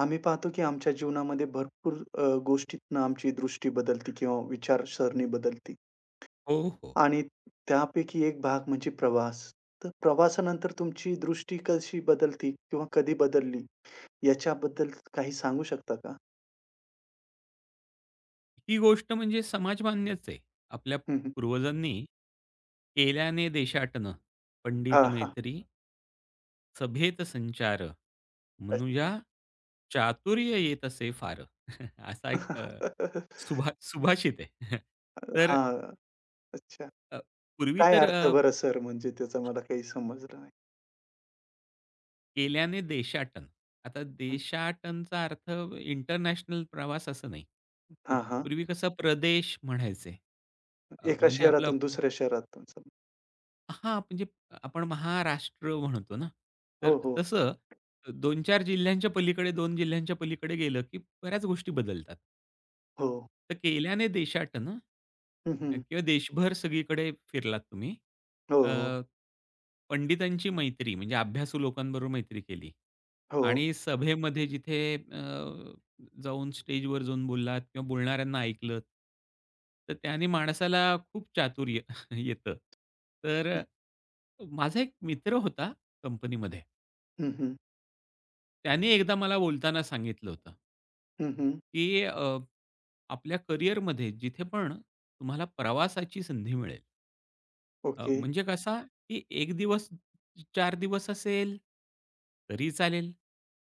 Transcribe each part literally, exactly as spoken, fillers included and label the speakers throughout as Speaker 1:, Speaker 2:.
Speaker 1: आम्ही पाहतो की आमच्या जीवनामध्ये भरपूर अ, गोष्टीतनं आमची दृष्टी बदलते किंवा विचारसरणी बदलते
Speaker 2: हो, हो.
Speaker 1: आणि त्यापैकी एक भाग म्हणजे प्रवास. तर प्रवासानंतर तुमची दृष्टी कशी बदलते किंवा कधी बदलली याच्याबद्दल काही सांगू शकता का?
Speaker 2: ही गोष्ट म्हणजे समाजमान्यच आहे. आपल्या
Speaker 1: हं, हं.
Speaker 2: पूर्वजांनी "केल्याने देशाटन, पंडित
Speaker 1: हां, हां.
Speaker 2: मैत्री" "सभेत संचार, म्हणूया
Speaker 1: अच्छा.
Speaker 2: चातुर्य येत असे फार." असा एक अ, सुभा सुभाषित आहे. तर
Speaker 1: हां. अच्छा.
Speaker 2: अ, पूर्वी
Speaker 1: काय
Speaker 2: तर
Speaker 1: अर्थ
Speaker 2: अ,
Speaker 1: बरं सर म्हणजे त्याचा मला काही समजलं नाही.
Speaker 2: "केल्याने देशाटन." आता
Speaker 1: हं, हं.
Speaker 2: देशाटनचा अर्थ इंटरनॅशनल प्रवास असं नाही.
Speaker 1: हां, हां.
Speaker 2: पूर्वी कसं प्रदेश म्हणायचे. अ,
Speaker 1: एका
Speaker 2: म्हणजे आपलं
Speaker 1: शहरातून दुसऱ्या शहरातून
Speaker 2: हां, म्हणजे आपण महाराष्ट्र म्हणतो ना, तर
Speaker 1: हो, हो.
Speaker 2: तसं दोन ते चार जिल्ह्यांच्या पलीकडे, दोन जिल्ह्यांच्या पलीकडे गेलं, की बऱ्याच गोष्टी बदलतात.
Speaker 1: हो.
Speaker 2: तर केल्याने देशाटनं
Speaker 1: हं, हं.
Speaker 2: किंवा देशभर सगळीकडे फिरलात तुम्ही.
Speaker 1: हो,
Speaker 2: अ,
Speaker 1: हो.
Speaker 2: पंडितांची मैत्री म्हणजे अभ्यासू लोकांबरोबर मैत्री केली.
Speaker 1: हो.
Speaker 2: आणि सभेमध्ये जिथे अ, जाऊन स्टेजवर जाऊन बोललात किंवा बोलणाऱ्यांना ऐकलत, तर त्याने माणसाला खूप चातुर्य येतं. तर अ, माझा एक मित्र होता कंपनीमध्ये.
Speaker 1: हं, हं.
Speaker 2: त्याने एकदा मला बोलताना सांगितलं होतं,
Speaker 1: हं, हं.
Speaker 2: की अ, आपल्या करिअरमध्ये जिथे पण तुम्हाला प्रवासाची संधी मिळेल अ,
Speaker 1: ओके.
Speaker 2: म्हणजे कसा, की एक दिवस, चार दिवस असेल, तरी चालेल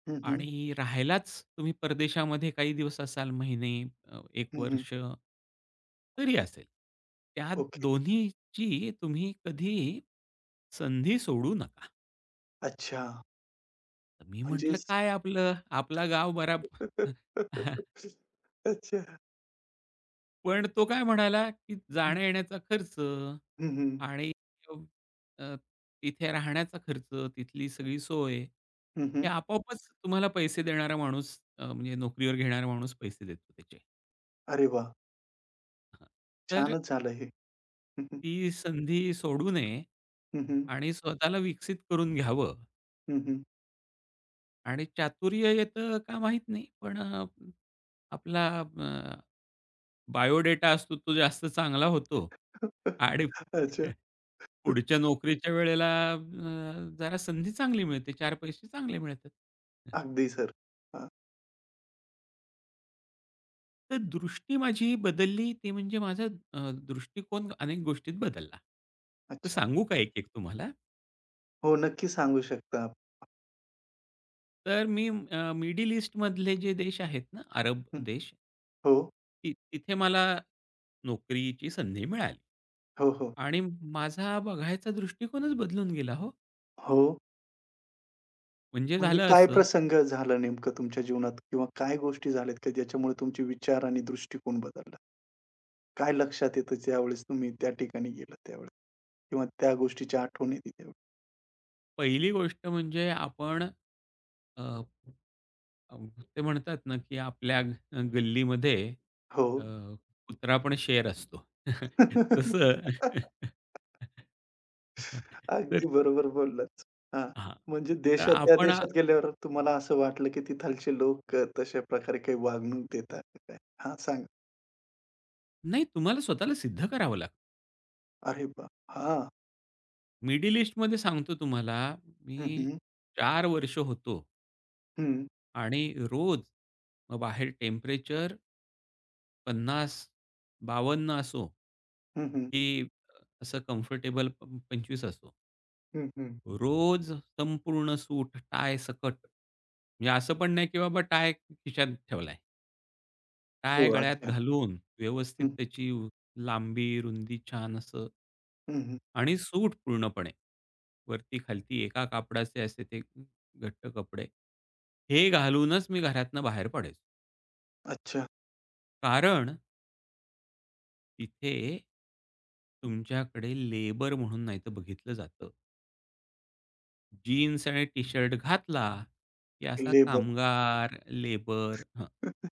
Speaker 1: हं, हं.
Speaker 2: आणि राहायलाच तुम्ही परदेशामध्ये काही दिवस असाल, महिने, अ, एक
Speaker 1: हं, हं.
Speaker 2: वर्ष, तरी असेल. त्या
Speaker 1: ओके.
Speaker 2: दोन्हीची तुम्ही कधी संधी सोडू नका.
Speaker 1: अच्छा.
Speaker 2: तर मी म्हटलं,
Speaker 1: म्हणजेच
Speaker 2: "काय आपलं, आपला गाव बरा."
Speaker 1: अच्छा.
Speaker 2: पण तो काय म्हणाला, की जाण्या-येण्याचा खर्च
Speaker 1: हं, हं.
Speaker 2: आणि अ, अ, तिथे राहण्याचा खर्च, तिथली सगळी सोय,
Speaker 1: हं,
Speaker 2: हे
Speaker 1: हं.
Speaker 2: आपोआपच तुम्हाला पैसे देणारा माणूस अ, म्हणजे नोकरीवर घेणारा माणूस पैसे देतो त्याचे.
Speaker 1: अरे वाह!
Speaker 2: हां. तर
Speaker 1: छानच झालं हे. हं, हं.
Speaker 2: ती संधी सोडू नये
Speaker 1: हं, हं.
Speaker 2: आणि स्वतःला विकसित करून घ्यावं
Speaker 1: हं, हं.
Speaker 2: आणि चातुर्य येतं का माहीत नाही, पण अ, आपला अ, बायोडेटा असतो तो जास्त चांगला होतो आणि
Speaker 1: अच्छा.
Speaker 2: पुढच्या नोकरीच्या वेळेला अ, जरा संधी चांगली मिळते, चार पैसे चांगले मिळतात.
Speaker 1: अगदी सर. हां.
Speaker 2: तर दृष्टी माझी बदलली ते म्हणजे माझा अ, दृष्टिकोन अनेक गोष्टीत बदलला. तर
Speaker 1: अच्छा.
Speaker 2: सांगू का एक-एक तुम्हाला?
Speaker 1: हो, नक्की सांगू शकता. आप.
Speaker 2: तर मी अ, मिडल ईस्टमधले जे देश आहेत ना, अरब
Speaker 1: हं.
Speaker 2: देश,
Speaker 1: हो.
Speaker 2: ति तिथे मला नोकरीची संधी मिळाली
Speaker 1: हो, हो.
Speaker 2: आणि माझा बघायचा दृष्टिकोनच बदलून गेला हो.
Speaker 1: हो.
Speaker 2: म्हणजे
Speaker 1: म्हणजे
Speaker 2: झालं
Speaker 1: काय
Speaker 2: असं,
Speaker 1: प्रसंग झाला नेमकं तुमच्या जीवनात किंवा काय गोष्टी झाल्यात का ज्याच्यामुळे तुमचे विचार आणि दृष्टिकोन बदलला? काय लक्षात येतं ज्यावेळेस तुम्ही त्या ठिकाणी गेलात त्यावेळेस? किंवा त्या गोष्टीची आठवण येते तेव्हा.
Speaker 2: पहिली गोष्ट म्हणजे आपण अ, अ, ते म्हणतात ना, की आपल्या अ, गल्लीमध्ये
Speaker 1: हो.
Speaker 2: अ, कुत्रा पण शेर असतो. तसं. तर
Speaker 1: अगदी बरोबर बोललात. हां.
Speaker 2: हां.
Speaker 1: म्हणजे
Speaker 2: तर
Speaker 1: देशात त्या
Speaker 2: आपण अ,
Speaker 1: देशात गेल्यावर तुम्हाला असं वाटलं, की तिथालचे लोक अ, तशा प्रकारे काही वागणूक देतात का काय? हां, सांग
Speaker 2: नाही, तुम्हाला स्वतःला सिद्ध करावं लागतं.
Speaker 1: अरे वाह! हां.
Speaker 2: मिडल ईस्टमध्ये सांगतो तुम्हाला,
Speaker 1: हं,
Speaker 2: मी
Speaker 1: हं.
Speaker 2: चार वर्ष होतो
Speaker 1: हं.
Speaker 2: आणि रोज मग बाहेर टेम्परेचर पन्नास बावन्न असो,
Speaker 1: हं, हं.
Speaker 2: की असं कम्फर्टेबल प असो. रोज संपूर्ण सूट, टाय सकट. म्हणजे असं पण नाही, की बाबा टाय खिशात ठेवलाय.
Speaker 1: हो,
Speaker 2: टाय गळ्यात
Speaker 1: अच्छा.
Speaker 2: घालून व्यवस्थित
Speaker 1: हं,
Speaker 2: त्याची लांबी, रुंदी छान असं,
Speaker 1: हं,
Speaker 2: आणि सूट पूर्णपणे. वरती-खालती एका कापडाचे असे ते घट्ट कपडे. हे घालूनच मी घरातनं बाहेर पडायचो.
Speaker 1: अच्छा.
Speaker 2: कारण तिथे तुमच्याकडे लेबर म्हणून नाही तर बघितलं जातं. जीन्स आणि टी-शर्ट घातला, की असा
Speaker 1: लेबर.
Speaker 2: कामगार, लेबर हं.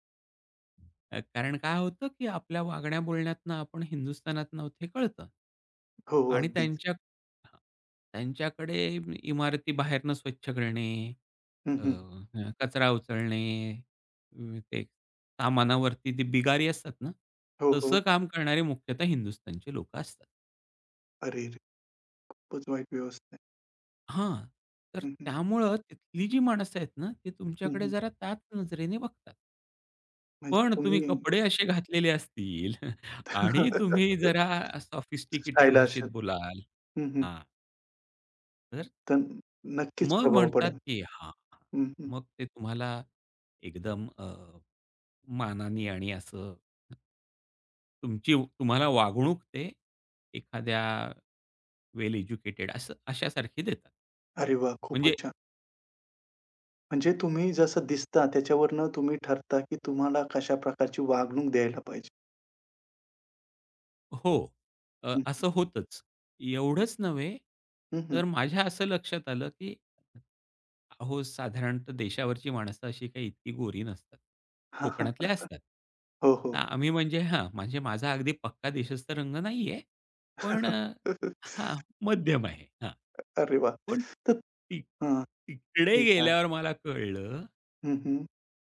Speaker 2: अ, कारण काय होतं, की आपल्या वागण्या-बोलण्यातनं आपण हिंदुस्थानात आहोत हे कळतं.
Speaker 1: हो, हो.
Speaker 2: आणि
Speaker 1: अगदीच.
Speaker 2: त्यांच्या हां. त्यांच्याकडे इमारती बाहेरनं स्वच्छ करणे,
Speaker 1: हं,
Speaker 2: अ,
Speaker 1: हं.
Speaker 2: अ, कचरा उचलणे, अ, ते सामानावरती ते बिगारी असतात ना,
Speaker 1: हो,
Speaker 2: तसं
Speaker 1: हो.
Speaker 2: काम करणारे मुख्यतः हिंदुस्थानचे लोकं असतात.
Speaker 1: अरे रे! खूपच वाईट व्यवस्था आहे.
Speaker 2: हां. तर
Speaker 1: हं, हं.
Speaker 2: त्यामुळं तिथली जी माणसं आहेत ना, ती
Speaker 1: हं,
Speaker 2: तुमच्याकडे
Speaker 1: हं.
Speaker 2: जरा त्याच नजरेने बघतात.
Speaker 1: म्हणजे
Speaker 2: पण
Speaker 1: तुम्ही
Speaker 2: तुम्ही कपडे असे घातलेले असतील आणि तुम्ही जरा सॉफिस्टिकेटेड
Speaker 1: स्टाईल असेल.
Speaker 2: भाषेत बोलाल, हां, तर
Speaker 1: तर नक्कीच
Speaker 2: मग
Speaker 1: प्रभाव
Speaker 2: म्हणतात,
Speaker 1: पडेल.
Speaker 2: की हां, हां.
Speaker 1: हं, हं.
Speaker 2: मग ते तुम्हाला एकदम अ, मानाने आणि असं तुमची, तुम्हाला वागणूक ते एखाद्या वेल एज्युकेटेड असं अशासारखी देतात.
Speaker 1: अरे वाह!
Speaker 2: म्हणजे
Speaker 1: खूपच छान. म्हणजे तुम्ही जसं दिसता त्याच्यावरनं तुम्ही ठरता, की तुम्हाला कशा प्रकारची वागणूक द्यायला पाहिजे.
Speaker 2: हो. अ,
Speaker 1: हं,
Speaker 2: असं
Speaker 1: हं.
Speaker 2: होतंच. एवढंच नव्हे,
Speaker 1: हं, हं.
Speaker 2: तर माझ्या असं लक्षात आलं, की अहो, साधारणतः देशावरची माणसं अशी काही इतकी गोरी नसतात.
Speaker 1: हां,
Speaker 2: कोकणातले
Speaker 1: हां.
Speaker 2: असतात.
Speaker 1: हो,
Speaker 2: तर
Speaker 1: हो.
Speaker 2: आम्ही म्हणजे हां, म्हणजे माझा अगदी पक्का देशस्थ रंग नाहीये. पण अ, हां, मध्यम आहे. हां,
Speaker 1: अरे वाह!
Speaker 2: पण
Speaker 1: तर
Speaker 2: ती
Speaker 1: हां,
Speaker 2: तिकडे
Speaker 1: ठीक आहे.
Speaker 2: गेल्यावर मला कळलं,
Speaker 1: हं, हं.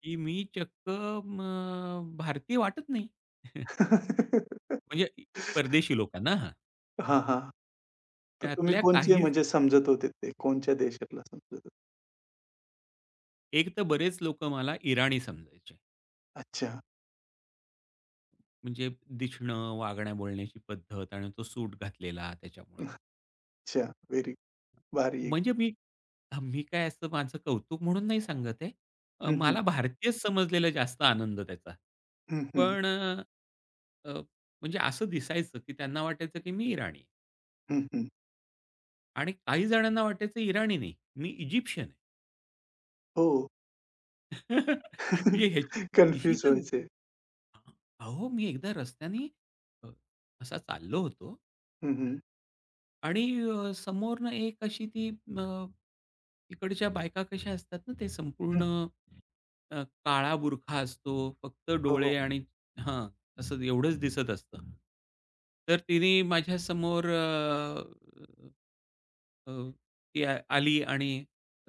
Speaker 2: की मी चक्क म भारतीय वाटत नाही. म्हणजे परदेशी लोकांना हां.
Speaker 1: हां, हां. तर तुम्ही
Speaker 2: त्यातल्या
Speaker 1: कोणचे
Speaker 2: काही,
Speaker 1: म्हणजे समजत होते ते? कोणच्या देशातला समजत होते?
Speaker 2: एक तर बरेच लोक मला इराणी समजायचे.
Speaker 1: अच्छा.
Speaker 2: म्हणजे दिसणं, वागण्या-बोलण्याची पद्धत आणि तो सूट घातलेला त्याच्यामुळं.
Speaker 1: अच्छा. व्हेरी भारी
Speaker 2: म्हणजे
Speaker 1: एकदम.
Speaker 2: मी अ, मी काय असं माझं कौतुक म्हणून नाही सांगत आहे. अ,
Speaker 1: हं, हं.
Speaker 2: मला भारतीयच समजलेला जास्त आनंद त्याचा.
Speaker 1: हं, हं.
Speaker 2: पण अ, अ, म्हणजे असं दिसायचं की त्यांना वाटायचं की मी इराणी आहे.
Speaker 1: हं, हं.
Speaker 2: आणि काही जणांना वाटायचं इराणी नाही, मी इजिप्शियन आहे.
Speaker 1: हो.
Speaker 2: म्हणजे ह्याची, ही
Speaker 1: कन्फ्यूज
Speaker 2: तर
Speaker 1: व्हायचे.
Speaker 2: अहो, मी एकदा रस्त्याने अ, असा चाललो होतो
Speaker 1: हं, हं.
Speaker 2: आणि अ, समोरनं एक अशी ती अ, तिकडच्या बायका कशा असतात ना, ते
Speaker 1: हं.
Speaker 2: संपूर्ण अ, काळा बुरखा असतो, फक्त
Speaker 1: हो, हो.
Speaker 2: डोळे आणि हां, असं एवढंच दिसत असतं. तर तिने माझ्यासमोर अ, अ, ती आ- आली आणि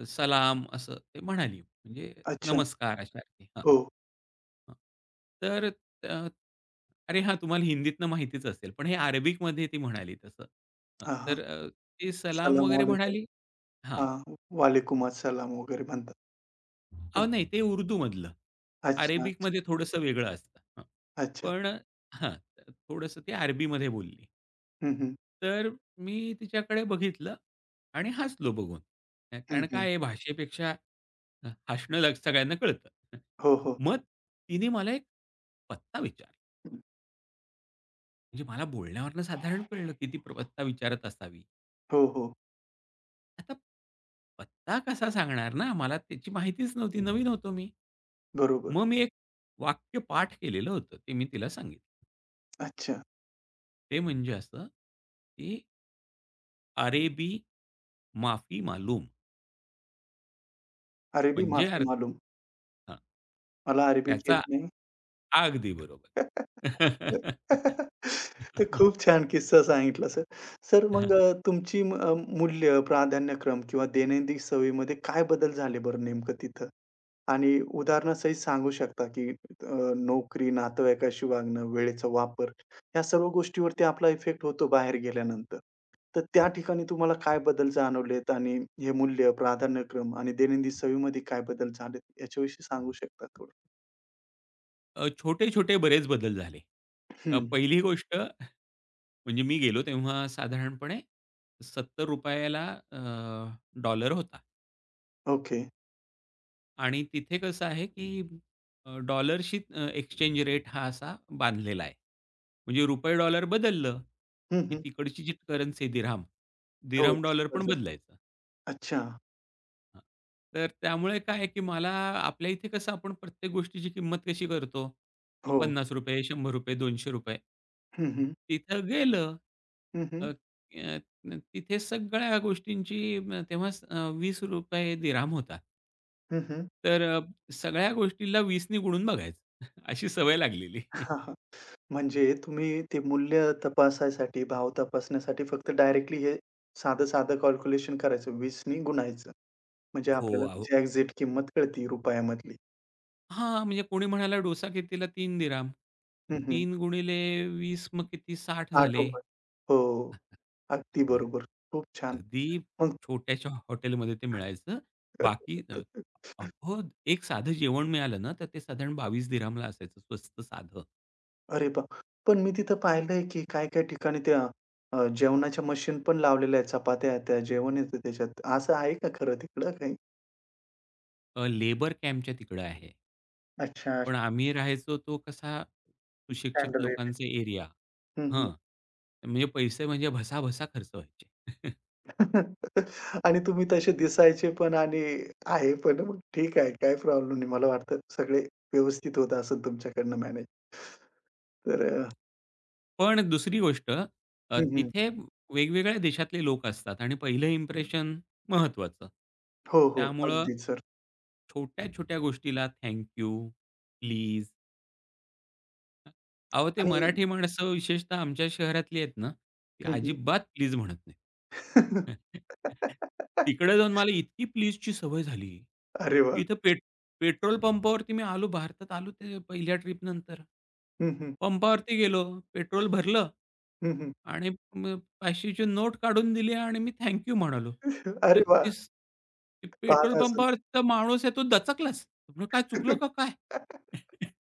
Speaker 2: सलाम असं ते म्हणाली. म्हणजे
Speaker 1: अच्छा.
Speaker 2: नमस्कार अशासारखी. हां.
Speaker 1: हो.
Speaker 2: हां. तर अ, अरे हां, तुम्हाला हिंदीतनं माहितीच असेल, पण हे अरेबिकमध्ये ती म्हणाली तसं. अ,
Speaker 1: हां, हां.
Speaker 2: तर अ, ती सलाम
Speaker 1: सलाम
Speaker 2: वगैरे
Speaker 1: वालेकुम.
Speaker 2: म्हणाली, हां.
Speaker 1: हां. वालेकुम अस्सलाम वगैरे म्हणतात. हं,
Speaker 2: अहो
Speaker 1: हं.
Speaker 2: नाही ते उर्दूमधलं.
Speaker 1: अच्छा, अच्छा,
Speaker 2: अरेबिकमध्ये थोडंसं वेगळं असतं. हां.
Speaker 1: अच्छा.
Speaker 2: पण हां, थोडंसं ती अरबीमध्ये बोलली.
Speaker 1: हं, हं.
Speaker 2: तर मी तिच्याकडे बघितलं आणि हसलो बघून.
Speaker 1: हं,
Speaker 2: कारण
Speaker 1: हं.
Speaker 2: काय आहे भाषेपेक्षा अ, हसणं लग सगळ्यांना कळतं.
Speaker 1: हो, हो.
Speaker 2: मग तिने मला एक पत्ता विचारला. म्हणजे मला बोलण्यावरून साधारण कळलं, की ती प्र- पत्ता विचारत असावी.
Speaker 1: हो, हो.
Speaker 2: आता पत्ता कसा सांगणार ना? मला त्याची माहितीच नव्हती. नवीन होतो मी.
Speaker 1: बरोबर.
Speaker 2: मग मी एक वाक्य पाठ केलेलं होतं. ते मी तिला सांगितलं.
Speaker 1: अच्छा.
Speaker 2: ते म्हणजे असं, की "अरेबी माफी मालूम."
Speaker 1: अरेबी
Speaker 2: म्हणजे
Speaker 1: माफी
Speaker 2: अर्थ
Speaker 1: मालूम.
Speaker 2: हां,
Speaker 1: मला अरेबिक
Speaker 2: त्याचा
Speaker 1: येत
Speaker 2: अगदी बरोबर.
Speaker 1: नाही. तर खूप छान किस्सा सांगितला सर. सर हं. मग अ, तुमची म- अ, मूल्य, प्राधान्यक्रम किंवा दैनंदिन सवयीमध्ये काय बदल झाले बरं नेमकं तिथं? आणि उदाहरणासहित सांगू शकता की अ, नोकरी, नातेवाईकाशी वागणं, वेळेचा वापर या सर्व गोष्टीवरती आपला इफेक्ट होतो बाहेर गेल्यानंतर. तर त्या ठिकाणी तुम्हाला काय बदल जाणवलेत आणि हे मूल्य, प्राधान्यक्रम आणि दैनंदिन सवयीमध्ये काय बदल झालेत याच्याविषयी सांगू शकता थोडं?
Speaker 2: अ, छोटे-छोटे बरेच बदल झाले. अ,
Speaker 1: हं.
Speaker 2: पहिली गोष्ट, म्हणजे मी गेलो तेव्हा साधारणपणे ₹सत्तर ला अ, डॉलर होता
Speaker 1: ओके.
Speaker 2: आणि तिथे कसं आहे, की अ, डॉलरशी अ, एक्सचेंज रेट हा असा बांधलेला आहे. म्हणजे रुपये डॉलर बदललं,
Speaker 1: हं,
Speaker 2: की
Speaker 1: हं.
Speaker 2: तिकडची जी करन्सी आहे
Speaker 1: हो.
Speaker 2: दिरहाम,
Speaker 1: ती
Speaker 2: डॉलर पण
Speaker 1: बदल
Speaker 2: बदलायचा.
Speaker 1: अच्छा.
Speaker 2: हां. तर त्यामुळे काय आहे, की मला आपल्या इथे कसं आपण प्रत्येक गोष्टीची किंमत कशी करतो?
Speaker 1: हो.
Speaker 2: ₹पन्नास रुपये, ₹शंभर रुपये, ₹दोनशे रुपये.
Speaker 1: हं, हं.
Speaker 2: तिथं गेलं
Speaker 1: हं,
Speaker 2: अ,
Speaker 1: हं.
Speaker 2: अ, न- तिथे सगळ्या गोष्टींची अ, तेव्हाच अ, ₹वीस रुपये दिराम होता.
Speaker 1: हं, हं.
Speaker 2: तर अ, सगळ्या गोष्टीला वीस ने गुणून बघायचं. अशी सवय लागलेली.
Speaker 1: हां, हां. म्हणजे तुम्ही ते मूल्य तपासायसाठी, भाव तपासण्यासाठी फक्त डायरेक्टली हे साधं-साधं कॅल्क्युलेशन करायचं. वीस नी गुणायचं. म्हणजे आपल्याला
Speaker 2: हो.
Speaker 1: त्याची एक्झॅक्ट किंमत कळते रुपयामधली.
Speaker 2: हां, म्हणजे कोणी म्हणाला डोसा कितीला? तीन दिराम.
Speaker 1: हं, हं.
Speaker 2: तीन गुणिले वीस मग किती? साठ झाले.
Speaker 1: ₹आठ रुपये हो. अगदी
Speaker 2: मग
Speaker 1: बरोबर. खूप छान.
Speaker 2: अगदी
Speaker 1: मग
Speaker 2: छोट्याशा हॉटेलमध्ये ते मिळायचं. बाकी अ, हो, एक साधं जेवण मिळालं ना, तर ते साधारण बावीस दिरहमला असायचं, स्वस्त साधं.
Speaker 1: अरे वाह! पण मी तिथं पाहिलंय, की काही-काही ठिकाणी त्या अ, जेवणाच्या मशीन पण लावलेल्या आहेत. चपात्या त्या जेवण येतं त्याच्यात. असं आहे का खरं तिकडं काही?
Speaker 2: अ, लेबर कॅम्पच्या तिकडं आहे.
Speaker 1: अच्छा,
Speaker 2: पण
Speaker 1: अच्छा.
Speaker 2: आम्ही राहायचो तो कसा सुशिक्षित
Speaker 1: स्टँडर्ड रेट
Speaker 2: लोकांचा एरिया.
Speaker 1: हं, हं.
Speaker 2: हां, म्हणजे पैसे म्हणजे भसाभसा खर्च व्हायचे.
Speaker 1: आणि तुम्ही तसे दिसायचे पण आणि आहे पण मग ठीक आहे. काही प्रॉब्लेम नाही. मला वाटतं सगळे व्यवस्थित होत असेल तुमच्याकडनं मॅनेज. तर अ,
Speaker 2: पण दुसरी गोष्ट, अ,
Speaker 1: हं, हं.
Speaker 2: तिथे वेगवेगळ्या देशातले लोक असतात आणि पहिलं इम्प्रेशन महत्त्वाचं.
Speaker 1: हो, हो.
Speaker 2: त्यामुळं
Speaker 1: अगदी सर.
Speaker 2: छोट्या-छोट्या गोष्टीला थँक यू, प्लीज. अहो, ते
Speaker 1: आणि
Speaker 2: मराठी माणसं विशेषतः आमच्या शहरातली आहेत ना, ती
Speaker 1: हं, हं.
Speaker 2: अजिबात प्लीज म्हणत नाहीत. तिकडे जाऊन मला इतकी प्लीजची सवय झाली,
Speaker 1: अरे
Speaker 2: की
Speaker 1: वाह!
Speaker 2: इथं पेट पेट्रोल पंपावरती मी आलो, भारतात आलो ते पहिल्या ट्रिपनंतर.
Speaker 1: हं, हं.
Speaker 2: पंपावरती गेलो, पेट्रोल भरलं
Speaker 1: हं, हं.
Speaker 2: आणि मग पाचशे नोट काढून दिली आणि मी थँक यू म्हणालो. तर
Speaker 1: अरे वाह!
Speaker 2: तीस पेट्रोल
Speaker 1: पाहत असेल.
Speaker 2: पंपावरचा माणूस आहे तो दचकलाच. म्हणलं, "काय चुकलं का काय?"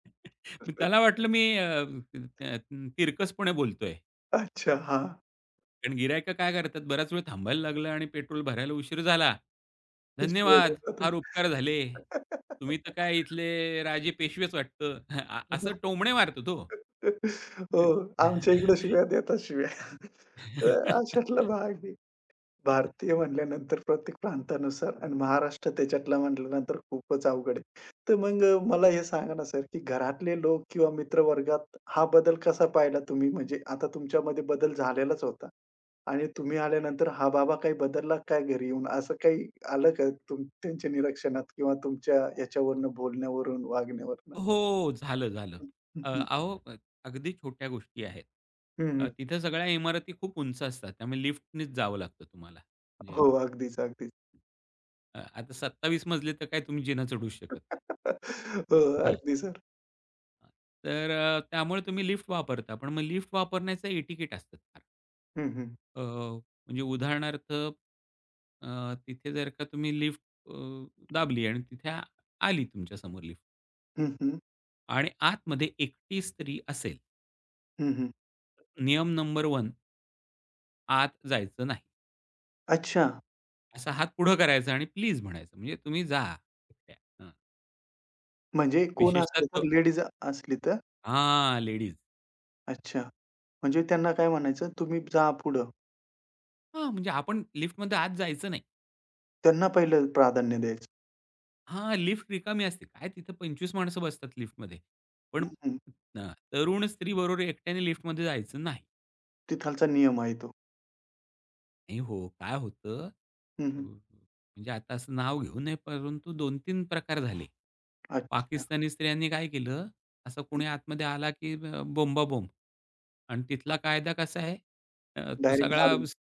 Speaker 2: मग त्याला वाटलं मी अ, अ, तिरकसपणे बोलतोय.
Speaker 1: अच्छा. हां.
Speaker 2: कारण गिरायकं काय करतात बराच वेळ थांबायला लागलं आणि पेट्रोल भरायला उशीर झाला. "धन्यवाद. फार उपकार झाले. तुम्ही तर काय इथले राजे पेशवेच वाटतं." अ, असं टोमणे मारतो
Speaker 1: हो,
Speaker 2: तो.
Speaker 1: आमच्या इकडे शिव्या देतात शिव्या. तर अशातला भाग आहे. भारतीय म्हटल्यानंतर प्रत्येक प्रांतानुसार आणि महाराष्ट्र त्याच्यातला म्हटल्यानंतर खूपच अवघड आहे. तर मग अ, मला हे सांगा ना सर, की घरातले लोक किंवा मित्रवर्गात हा बदल कसा पाहिला तुम्ही? म्हणजे आता तुमच्यामध्ये बदल झालेलाच होता आणि तुम्ही आल्यानंतर हा बाबा काही बदलला काय घरी येऊन? असं काही आलं का तुम त्यांच्या निरीक्षणात किंवा तुमच्या याच्यावरनं, बोलण्यावरून, वागण्यावरनं?
Speaker 2: हो, झालं, झालं.
Speaker 1: हं, हं,
Speaker 2: अ,
Speaker 1: हं.
Speaker 2: अहो, अ, अगदी छोट्या गोष्टी आहेत. अ,
Speaker 1: हं.
Speaker 2: तिथं सगळ्या इमारती खूप उंच असतात. त्यामुळे लिफ्टनेच जावं लागतं तुम्हाला. म्हणजे
Speaker 1: हो, अगदीच, अगदीच.
Speaker 2: अ, आता सत्तावीस मजले तर काय तुम्ही जिना चढू शकत नाही.
Speaker 1: हो,
Speaker 2: हां.
Speaker 1: अगदी सर.
Speaker 2: अ, तर अ, त्यामुळे तुम्ही लिफ्ट वापरता. पण मग लिफ्ट वापरण्याचं एटिकेट असतं फार.
Speaker 1: हं, हं.
Speaker 2: अ, म्हणजे उदाहरणार्थ अ, तिथे जर का तुम्ही लिफ्ट अ, दाबली आणि तिथे आ आली तुमच्यासमोर लिफ्ट
Speaker 1: हं, हं.
Speaker 2: आणि आतमध्ये एकटी स्त्री असेल,
Speaker 1: हं, हं.
Speaker 2: नियम नंबर एक, आत जायचं नाही.
Speaker 1: अच्छा,
Speaker 2: असा हात पुढं करायचा आणि प्लीज म्हणायचं. म्हणजे तुम्ही जा एकट्या. हं.
Speaker 1: म्हणजे कोण
Speaker 2: विशेषतः
Speaker 1: असलं तर
Speaker 2: तो,
Speaker 1: लेडीज असली तर?
Speaker 2: हां, लेडीज.
Speaker 1: अच्छा, म्हणजे त्यांना काय म्हणायचं, "तुम्ही जा पुढं."
Speaker 2: हां, म्हणजे आपण लिफ्टमध्ये आत जायचं नाही.
Speaker 1: त्यांना पहिलं प्राधान्य द्यायचं.
Speaker 2: हां, लिफ्ट रिकामी असते. काय तिथं पंचवीस माणसं बसतात लिफ्टमध्ये. पण
Speaker 1: हं, हं.
Speaker 2: अ, तरुण स्त्री बरोबर एकट्याने लिफ्टमध्ये जायचं नाही.
Speaker 1: तिथालचा नियम आहे तो.
Speaker 2: नाही हो, काय होतं
Speaker 1: हं,
Speaker 2: अ,
Speaker 1: हं.
Speaker 2: म्हणजे आता असं नाव घेऊ नये, परंतु दोन-तीन प्रकार झाले.
Speaker 1: अच्छा.
Speaker 2: पाकिस्तानी स्त्रियांनी काय केलं, असं
Speaker 1: हं.
Speaker 2: कोणी आतमध्ये आला की अ, बोंबा बोंब आणि तिथला कायदा कसा आहे, अ, तो
Speaker 1: डायरेक्ट
Speaker 2: सगळा
Speaker 1: मारून.
Speaker 2: स-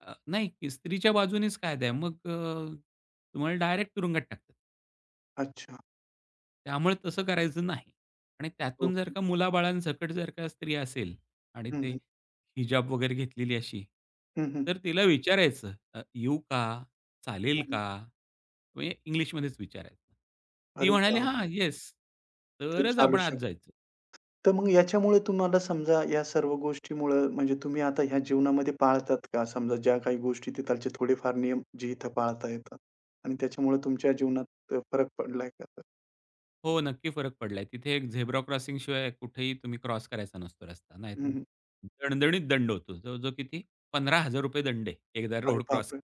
Speaker 2: अ, नाही, की स्त्रीच्या बाजूनेच कायदा आहे. मग अ, तुम्हाला डायरेक्ट तुरुंगात टाकतात.
Speaker 1: अच्छा.
Speaker 2: त्यामुळे तसं करायचं नाही. आणि
Speaker 1: हो.
Speaker 2: त्यातून जर का मुलाबाळांसकट जर का स्त्री असेल आणि
Speaker 1: हं,
Speaker 2: ते
Speaker 1: हं.
Speaker 2: हिजाब वगैरे घेतलेली अशी,
Speaker 1: हं, हं.
Speaker 2: तर तिला विचारायचं, "अ, येऊ का? चालेल का?" म्हणजे इंग्लिशमध्येच विचारायचं. ती
Speaker 1: अरे
Speaker 2: म्हणाली, "हां,
Speaker 1: बापरे!
Speaker 2: येस."
Speaker 1: तर
Speaker 2: तरच
Speaker 1: चालू
Speaker 2: आपण आत जायचं.
Speaker 1: तर मग याच्यामुळे तुम्हाला समजा या सर्व गोष्टीमुळं म्हणजे तुम्ही आता ह्या जीवनामध्ये पाळतात का? समजा ज्या काही गोष्टी तिथालचे थोडेफार नियम जे इथं पाळता येतात आणि त्याच्यामुळे तुमच्या जीवनात फरक पडलाय का?
Speaker 2: हो, नक्की फरक पडलाय. तिथे एक झेब्रा क्रॉसिंग शिवाय कुठेही तुम्ही क्रॉस करायचा नसतो रस्ता. नाहीतर
Speaker 1: हं, हं.
Speaker 2: दणदणीत दंड होतो. जवळ-जवळ किती? ₹पंधरा हजार रुपये दंड आहे, एकदा
Speaker 1: अरे
Speaker 2: रोड क्रॉस.
Speaker 1: बापरे!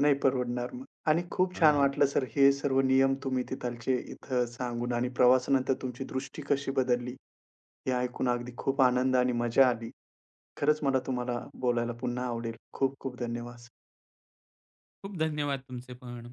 Speaker 1: नाही परवडणार मग. आणि खूप छान
Speaker 2: हां.
Speaker 1: वाटलं सर हे सर्व नियम तुम्ही तिथालचे इथं सांगून आणि प्रवासानंतर तुमची दृष्टी कशी बदलली हे ऐकून अगदी खूप आनंद आणि मजा आली. खरंच मला तुम्हाला बोलायला पुन्हा आवडेल. खूप खूप धन्यवाद.
Speaker 2: खूप धन्यवाद तुमचे पण.